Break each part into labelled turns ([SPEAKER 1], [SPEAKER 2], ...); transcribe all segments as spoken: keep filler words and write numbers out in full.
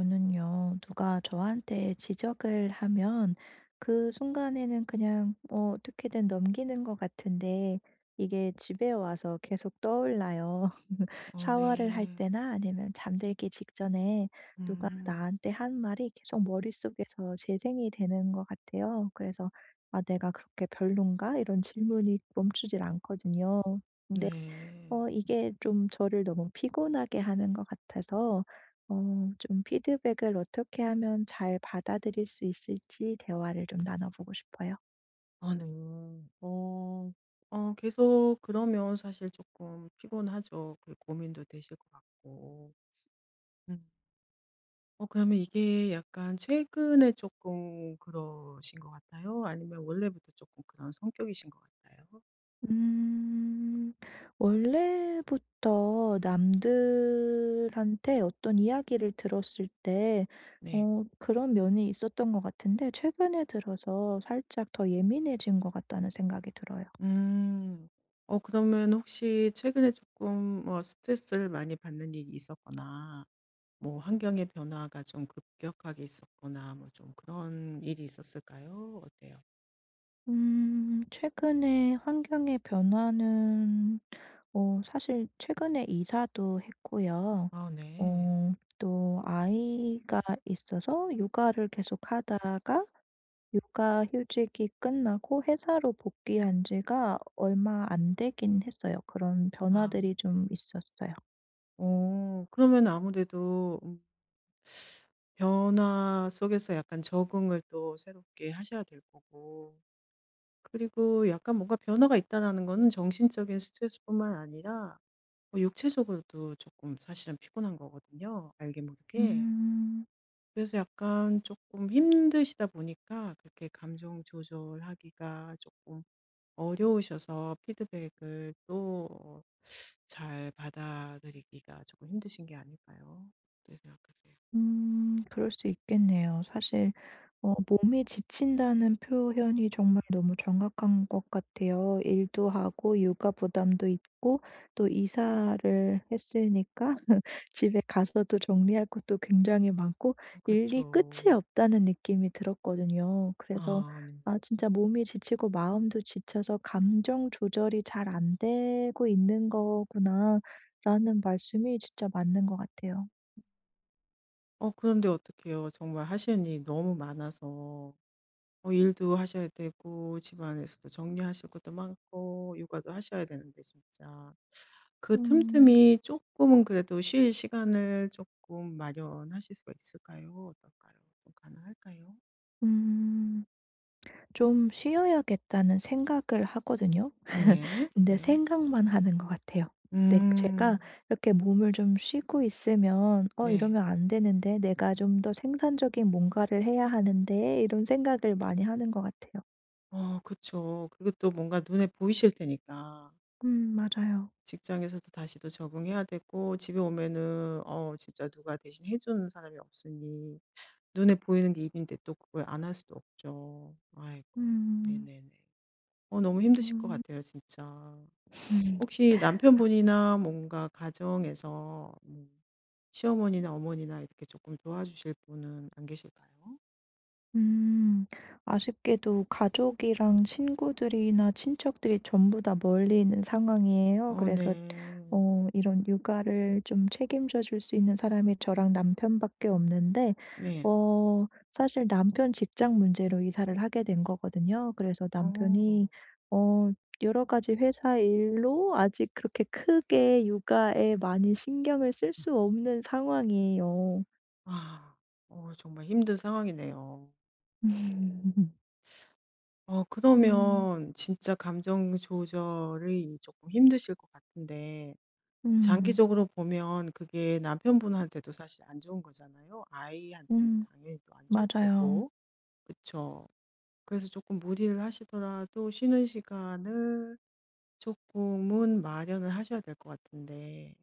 [SPEAKER 1] 저는요, 누가 저한테 지적을 하면 그 순간에는 그냥 어, 어떻게든 넘기는 것 같은데 이게 집에 와서 계속 떠올라요.
[SPEAKER 2] 어
[SPEAKER 1] 샤워를 할
[SPEAKER 2] 네.
[SPEAKER 1] 때나 아니면 잠들기 직전에 누가
[SPEAKER 2] 음.
[SPEAKER 1] 나한테 한 말이 계속 머릿속에서 재생이 되는 것 같아요. 그래서 아, 내가 그렇게 별론가? 이런 질문이 멈추질 않거든요. 근데
[SPEAKER 2] 네.
[SPEAKER 1] 어 이게 좀 저를 너무 피곤하게 하는 것 같아서 어 좀 피드백을 어떻게 하면 잘 받아들일 수 있을지 대화를 좀 나눠보고 싶어요.
[SPEAKER 2] 아 네. 어. 어 계속 그러면 사실 조금 피곤하죠. 그 고민도 되실 것 같고. 음. 어 그러면 이게 약간 최근에 조금 그러신 것 같아요? 아니면 원래부터 조금 그런 성격이신 것 같아요?
[SPEAKER 1] 음. 원래부터 남들한테 어떤 이야기를 들었을 때
[SPEAKER 2] 네.
[SPEAKER 1] 어 그런 면이 있었던 것 같은데 최근에 들어서 살짝 더 예민해진 것 같다는 생각이 들어요.
[SPEAKER 2] 음. 어 그러면 혹시 최근에 조금 뭐 스트레스를 많이 받는 일이 있었거나 뭐 환경의 변화가 좀 급격하게 있었거나 뭐 좀 그런 일이 있었을까요? 어때요?
[SPEAKER 1] 음. 최근에 환경의 변화는 어 사실 최근에 이사도 했고요.
[SPEAKER 2] 아 네.
[SPEAKER 1] 어. 또 아이가 있어서 육아를 계속하다가 육아 휴직이 끝나고 회사로 복귀한 지가 얼마 안 되긴 했어요. 그런
[SPEAKER 2] 아.
[SPEAKER 1] 변화들이 좀 있었어요.
[SPEAKER 2] 어 그러면 아무래도 음 변화 속에서 약간 적응을 또 새롭게 하셔야 될 거고 그리고 약간 뭔가 변화가 있다라는 거는 정신적인 스트레스뿐만 아니라 뭐 육체적으로도 조금 사실은 피곤한 거거든요 알게 모르게.
[SPEAKER 1] 음.
[SPEAKER 2] 그래서 약간 조금 힘드시다 보니까 그렇게 감정 조절하기가 조금 어려우셔서 피드백을 또 어 잘 받아들이기가 조금 힘드신 게 아닐까요? 어떻게 생각하세요?
[SPEAKER 1] 음. 그럴 수 있겠네요. 사실 어 몸이 지친다는 표현이 정말 너무 정확한 것 같아요. 일도 하고 육아 부담도 있고 또 이사를 했으니까 집에 가서도 정리할 것도 굉장히 많고
[SPEAKER 2] 그렇죠
[SPEAKER 1] 일이 끝이 없다는 느낌이 들었거든요. 그래서
[SPEAKER 2] 아 네.
[SPEAKER 1] 아 진짜 몸이 지치고 마음도 지쳐서 감정 조절이 잘 안 되고 있는 거구나라는 말씀이 진짜 맞는 것 같아요.
[SPEAKER 2] 어 그런데 어떡해요. 정말 하시는 일이 너무 많아서 어 일도 하셔야 되고 집안에서도 정리하실 것도 많고 육아도 하셔야 되는데 진짜 그
[SPEAKER 1] 음.
[SPEAKER 2] 틈틈이 조금은 그래도 쉴 시간을 조금 마련하실 수가 있을까요? 어떨까요? 좀 가능할까요?
[SPEAKER 1] 음. 좀 쉬어야겠다는 생각을 하거든요.
[SPEAKER 2] 네.
[SPEAKER 1] 근데
[SPEAKER 2] 네.
[SPEAKER 1] 생각만 하는 것 같아요. 네, 제가
[SPEAKER 2] 음.
[SPEAKER 1] 이렇게 몸을 좀 쉬고 있으면 '어,
[SPEAKER 2] 네.
[SPEAKER 1] 이러면 안 되는데. 내가 좀 더 생산적인 뭔가를 해야 하는데.' 이런 생각을 많이 하는 것 같아요.
[SPEAKER 2] 어 그쵸. 그리고 또 뭔가 눈에 보이실 테니까.
[SPEAKER 1] 음, 맞아요.
[SPEAKER 2] 직장에서도 다시 또 적응해야 되고 집에 오면은 어 진짜 누가 대신 해 주는 사람이 없으니 눈에 보이는 게 일인데 또 그걸 안 할 수도 없죠. 아이고.
[SPEAKER 1] 음.
[SPEAKER 2] 네네네. 어 너무 힘드실 것
[SPEAKER 1] 음.
[SPEAKER 2] 같아요 진짜. 혹시 남편분이나 뭔가 가정에서 뭐 시어머니나 어머니나 이렇게 조금 도와주실 분은 안 계실까요?
[SPEAKER 1] 음. 아쉽게도 가족이랑 친구들이나 친척들이 전부 다 멀리 있는 상황이에요.
[SPEAKER 2] 어
[SPEAKER 1] 그래서
[SPEAKER 2] 네.
[SPEAKER 1] 어 이런 육아를 좀 책임져 줄 수 있는 사람이 저랑 남편밖에 없는데
[SPEAKER 2] 네.
[SPEAKER 1] 어 사실 남편 직장 문제로 이사를 하게 된 거거든요. 그래서 남편이
[SPEAKER 2] 어.
[SPEAKER 1] 어 여러 가지 회사 일로 아직 그렇게 크게 육아에 많이 신경을 쓸 수 없는 상황이에요.
[SPEAKER 2] 아. 어 정말 힘든 상황이네요.
[SPEAKER 1] 음.
[SPEAKER 2] 어
[SPEAKER 1] 음.
[SPEAKER 2] 그러면 진짜 감정 조절이 조금 힘드실 것 같은데
[SPEAKER 1] 음.
[SPEAKER 2] 장기적으로 보면 그게 남편분한테도 사실 안 좋은 거잖아요. 아이한테는
[SPEAKER 1] 음,
[SPEAKER 2] 당연히 또 안 좋을
[SPEAKER 1] 맞아요.
[SPEAKER 2] 테고. 그쵸. 그래서 조금 무리를 하시더라도 쉬는 시간을 조금은 마련을 하셔야 될 것 같은데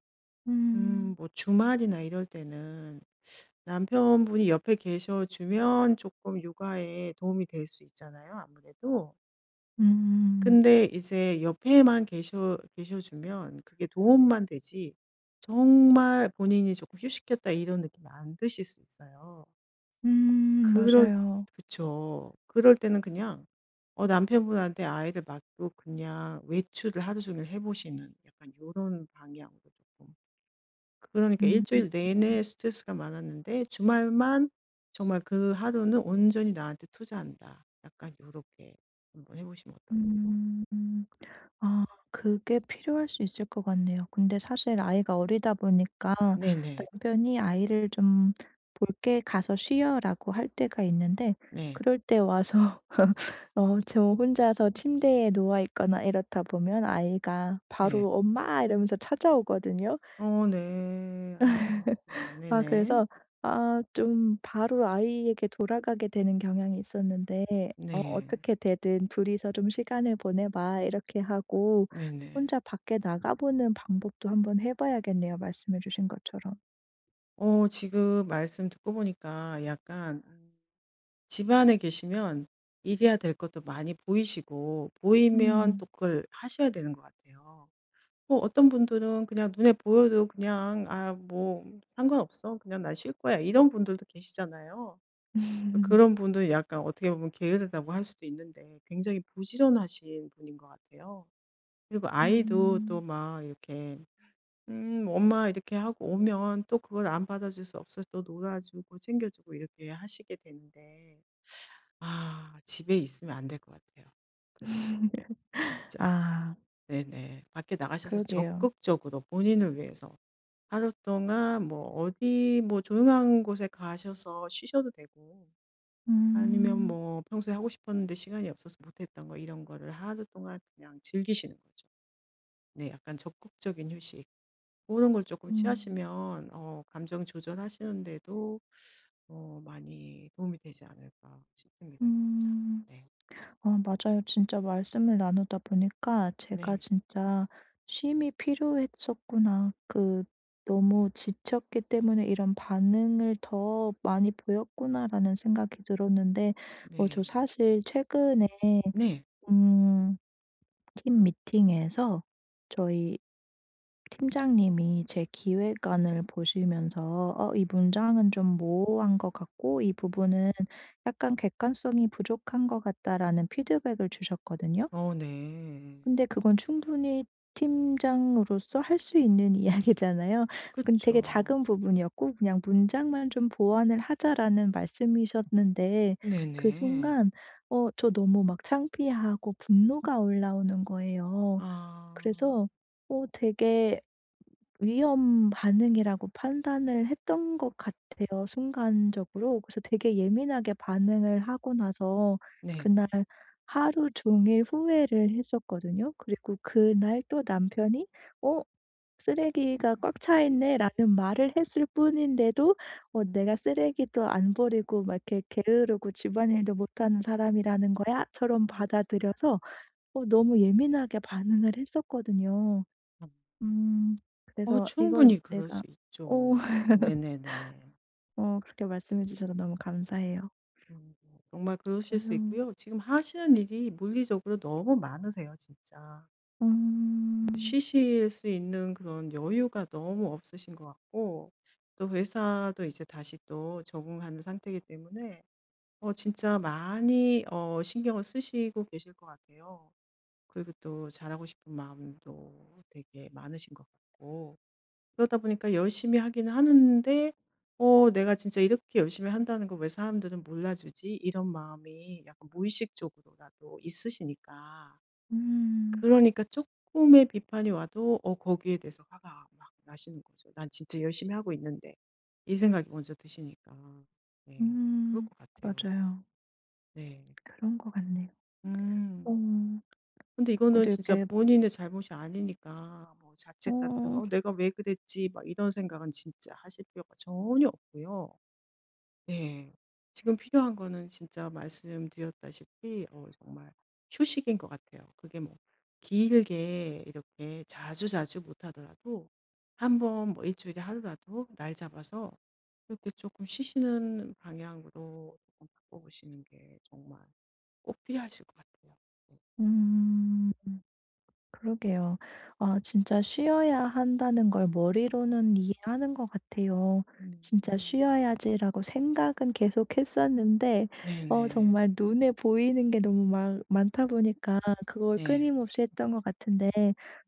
[SPEAKER 2] 음
[SPEAKER 1] 음.
[SPEAKER 2] 뭐 주말이나 이럴 때는 남편분이 옆에 계셔 주면 조금 육아에 도움이 될 수 있잖아요 아무래도.
[SPEAKER 1] 음.
[SPEAKER 2] 근데 이제 옆에만 계셔 계셔 주면 그게 도움만 되지 정말 본인이 조금 '휴식했다.' 이런 느낌 안 드실 수 있어요.
[SPEAKER 1] 음.
[SPEAKER 2] 그럴
[SPEAKER 1] 맞아요.
[SPEAKER 2] 그쵸. 그럴 때는 그냥 어 남편분한테 아이를 맡고 그냥 외출을 하루 종일 해 보시는 약간 요런 방향으로 조금 그러니까
[SPEAKER 1] 음. 음.
[SPEAKER 2] 일주일 내내 스트레스가 많았는데 주말만 정말 '그 하루는 온전히 나한테 투자한다.' 약간 요렇게 한번 해 보시면 어떨까요?
[SPEAKER 1] 음. 음. 아, 그게 필요할 수 있을 것 같네요. 근데 사실 아이가 어리다 보니까
[SPEAKER 2] 네네.
[SPEAKER 1] 남편이 아이를 좀 "볼게. 가서 쉬어."라고 할 때가 있는데
[SPEAKER 2] 네.
[SPEAKER 1] 그럴 때 와서 어 저 혼자서 침대에 누워 있거나 이렇다 보면 아이가
[SPEAKER 2] 네.
[SPEAKER 1] 바로 "엄마." 이러면서 찾아오거든요.
[SPEAKER 2] 어 네. 아유.
[SPEAKER 1] 아,
[SPEAKER 2] 네네.
[SPEAKER 1] 그래서 아, 좀 바로 아이에게 돌아가게 되는 경향이 있었는데 어
[SPEAKER 2] 네.
[SPEAKER 1] "어떻게 되든 둘이서 좀 시간을 보내봐." 이렇게 하고
[SPEAKER 2] 네네.
[SPEAKER 1] 혼자 밖에 나가보는 방법도 한번 해 봐야겠네요, 말씀해 주신 것처럼.
[SPEAKER 2] 어 지금 말씀 듣고 보니까 약간 음 집안에 계시면 이해야 될 것도 많이 보이시고 보이면
[SPEAKER 1] 음.
[SPEAKER 2] 또 그걸 하셔야 되는 것 같아요. 뭐 어떤 분들은 그냥 눈에 보여도 그냥 '아 뭐 상관없어. 그냥 나 쉴 거야.' 이런 분들도 계시잖아요. 그런 분들은 약간 어떻게 보면 게으르다고 할 수도 있는데 굉장히 부지런하신 분인 것 같아요. 그리고 아이도 또
[SPEAKER 1] 음.
[SPEAKER 2] 막 이렇게 "음 엄마." 이렇게 하고 오면 또 그걸 안 받아줄 수 없어서 또 놀아 주고 챙겨 주고 이렇게 하시게 되는데 아 집에 있으면 안 될 것 같아요. 그래서 진짜.
[SPEAKER 1] 아,
[SPEAKER 2] 네네. 밖에 나가셔서
[SPEAKER 1] 그러게요.
[SPEAKER 2] 적극적으로 본인을 위해서 하루 동안 뭐 어디 뭐 조용한 곳에 가셔서 쉬셔도 되고 아니면
[SPEAKER 1] 음.
[SPEAKER 2] 뭐 평소에 하고 싶었는데 시간이 없어서 못 했던 거 이런 거를 하루 동안 그냥 즐기시는 거죠. 네. 약간 적극적인 휴식. 그런 걸 조금
[SPEAKER 1] 음.
[SPEAKER 2] 취하시면 어 감정 조절하시는데도 어 많이 도움이 되지 않을까 싶습니다 진짜.
[SPEAKER 1] 음.
[SPEAKER 2] 네.
[SPEAKER 1] 어, 맞아요. 진짜 말씀을 나누다 보니까 제가
[SPEAKER 2] 네.
[SPEAKER 1] 진짜 쉼이 필요했었구나. 그 '너무 지쳤기 때문에 이런 반응을 더 많이 보였구나.'라는 생각이 들었는데 어 저
[SPEAKER 2] 네.
[SPEAKER 1] 사실 최근에
[SPEAKER 2] 네.
[SPEAKER 1] 음 팀 미팅에서 저희 팀장님이 제 기획안을 보시면서 "어, 이 문장은 좀 모호한 것 같고 이 부분은 약간 객관성이 부족한 것 같다."라는 피드백을 주셨거든요.
[SPEAKER 2] 어 네.
[SPEAKER 1] 근데 그건 충분히 팀장으로서 할 수 있는 이야기잖아요. 그건 되게
[SPEAKER 2] 그쵸.
[SPEAKER 1] 작은 부분이었고 그냥 "문장만 좀 보완을 하자."라는 말씀이셨는데 그
[SPEAKER 2] 네네.
[SPEAKER 1] 순간 어 저 너무 막 창피하고 분노가 올라오는 거예요.
[SPEAKER 2] 아.
[SPEAKER 1] 그래서 어 되게 위험 반응이라고 판단을 했던 것 같아요 순간적으로. 그래서 되게 예민하게 반응을 하고 나서
[SPEAKER 2] 네.
[SPEAKER 1] 그날 하루 종일 후회를 했었거든요. 그리고 그날 또 남편이 "어, 쓰레기가 꽉 차 있네."라는 말을 했을 뿐인데도 어 "내가 쓰레기도 안 버리고 막 이렇게 게으르고 집안일도 못하는 사람이라는 거야?"처럼 받아들여서 어 너무 예민하게 반응을 했었거든요.
[SPEAKER 2] 음.
[SPEAKER 1] 음.
[SPEAKER 2] 어
[SPEAKER 1] 그래서 이걸
[SPEAKER 2] 충분히 그럴
[SPEAKER 1] 내가
[SPEAKER 2] 수
[SPEAKER 1] 오
[SPEAKER 2] 있죠. 네네네.
[SPEAKER 1] 어, 그렇게 말씀해 주셔서 너무 감사해요.
[SPEAKER 2] 음 정말 그러실 수
[SPEAKER 1] 그래서
[SPEAKER 2] 있고요. 지금 하시는 일이 물리적으로 너무 많으세요 진짜.
[SPEAKER 1] 음.
[SPEAKER 2] 쉬실 수 있는 그런 여유가 너무 없으신 것 같고 또 회사도 이제 다시 또 적응하는 상태이기 때문에 어 진짜 많이 어 신경을 쓰시고 계실 것 같아요. 그리고 또 잘하고 싶은 마음도 되게 많으신 것 같고. 그러다 보니까 열심히 하기는 하는데 '어 내가 진짜 이렇게 열심히 한다는 걸 왜 사람들은 몰라주지?' 이런 마음이 약간 무의식적으로라도 있으시니까
[SPEAKER 1] 음.
[SPEAKER 2] 그러니까 조금의 비판이 와도 어 거기에 대해서 화가 막 나시는 거죠. '난 진짜 열심히 하고 있는데.' 이 생각이 먼저 드시니까. 네. 그럴
[SPEAKER 1] 음.
[SPEAKER 2] 것 같아요.
[SPEAKER 1] 맞아요.
[SPEAKER 2] 네.
[SPEAKER 1] 그런 것 같네요. 어.
[SPEAKER 2] 음. 근데 이거는
[SPEAKER 1] 그래도
[SPEAKER 2] 진짜
[SPEAKER 1] 이렇게
[SPEAKER 2] 본인의 잘못이 아니니까 뭐 자책 같은
[SPEAKER 1] 어
[SPEAKER 2] 거 '어 내가 왜 그랬지.' 막 이런 생각은 진짜 하실 필요가 전혀 없고요. 네. 지금 필요한 거는 진짜 말씀드렸다시피 어 정말 휴식인 것 같아요. 그게 뭐 길게 이렇게 자주자주 못 하더라도 한 번 뭐 일 주일에 하루라도 날 잡아서 이렇게 조금 쉬시는 방향으로 조금 바꿔보시는 게 정말 꼭 필요하실 것 같아요. 네.
[SPEAKER 1] 음. 그러게요. 아 진짜 쉬어야 한다는 걸 머리로는 이해하는 것 같아요. 진짜
[SPEAKER 2] 음.
[SPEAKER 1] 쉬어야지라고 생각은 계속 했었는데 어
[SPEAKER 2] 네네.
[SPEAKER 1] 정말 눈에 보이는 게 너무 막 많다 보니까 그걸
[SPEAKER 2] 네.
[SPEAKER 1] 끊임없이 했던 것 같은데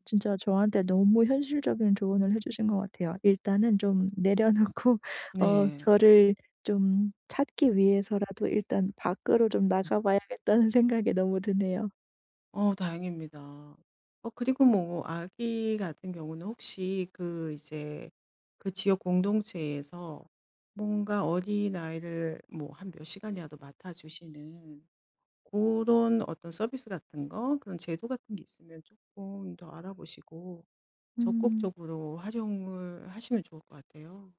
[SPEAKER 1] 진짜 저한테 너무 현실적인 조언을 해 주신 것 같아요. 일단은 좀 내려놓고 어
[SPEAKER 2] 네.
[SPEAKER 1] 저를 좀 찾기 위해서라도 일단 '밖으로 좀 나가 봐야겠다.'는 생각이 너무 드네요.
[SPEAKER 2] 어 다행입니다. 어 그리고 뭐 아기 같은 경우는 혹시 그 이제 그 지역 공동체에서 뭔가 어린아이를 뭐 한 몇 시간이라도 맡아 주시는 그런 어떤 서비스 같은 거 그런 제도 같은 게 있으면 조금 더 알아보시고
[SPEAKER 1] 음.
[SPEAKER 2] 적극적으로 활용을 하시면 좋을 것 같아요.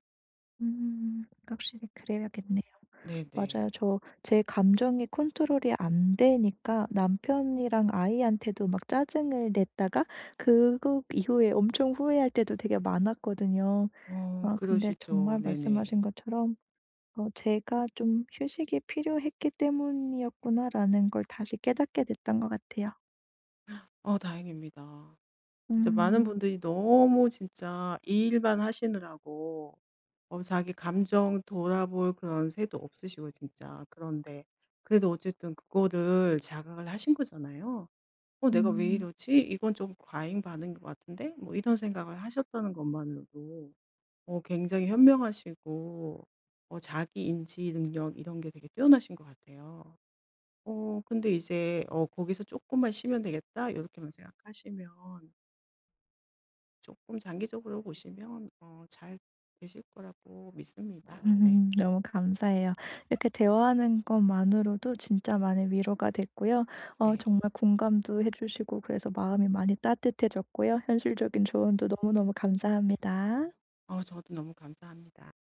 [SPEAKER 1] 음. 확실히 그래야겠네요. 맞아요.
[SPEAKER 2] 네네.
[SPEAKER 1] 저 제 감정이 컨트롤이 안 되니까 남편이랑 아이한테도 막 짜증을 냈다가 그거 이후에 엄청 후회할 때도 되게 많았거든요.
[SPEAKER 2] 어
[SPEAKER 1] 아 근데
[SPEAKER 2] 그러시죠.
[SPEAKER 1] 정말 말씀하신
[SPEAKER 2] 네네.
[SPEAKER 1] 것처럼 '어, 제가 좀 휴식이 필요했기 때문이었구나.'라는 걸 다시 깨닫게 됐던 것 같아요.
[SPEAKER 2] 어 다행입니다. 진짜 많은
[SPEAKER 1] 음.
[SPEAKER 2] 분들이 너무 진짜 이 일만 하시느라고 어 자기 감정 돌아볼 그런 새도 없으시고 진짜 그런데 그래도 어쨌든 그거를 자각을 하신 거잖아요. '어 내가 왜
[SPEAKER 1] 음.
[SPEAKER 2] 이러지? 이건 좀 과잉 반응인 것 같은데?' 뭐 이런 생각을 하셨다는 것만으로도 어 굉장히 현명하시고 어 자기 인지 능력 이런 게 되게 뛰어나신 것 같아요. 어 근데 이제 '어 거기서 조금만 쉬면 되겠다.' 이렇게만 생각하시면 조금 장기적으로 보시면 어 잘 되실 거라고 믿습니다. 네.
[SPEAKER 1] 음 너무 감사해요. 이렇게 대화하는 것만으로도 진짜 많이 위로가 됐고요. 어
[SPEAKER 2] 네.
[SPEAKER 1] 정말 공감도 해 주시고 그래서 마음이 많이 따뜻해졌고요. 현실적인 조언도 너무너무 감사합니다.
[SPEAKER 2] 어 저도 너무 감사합니다.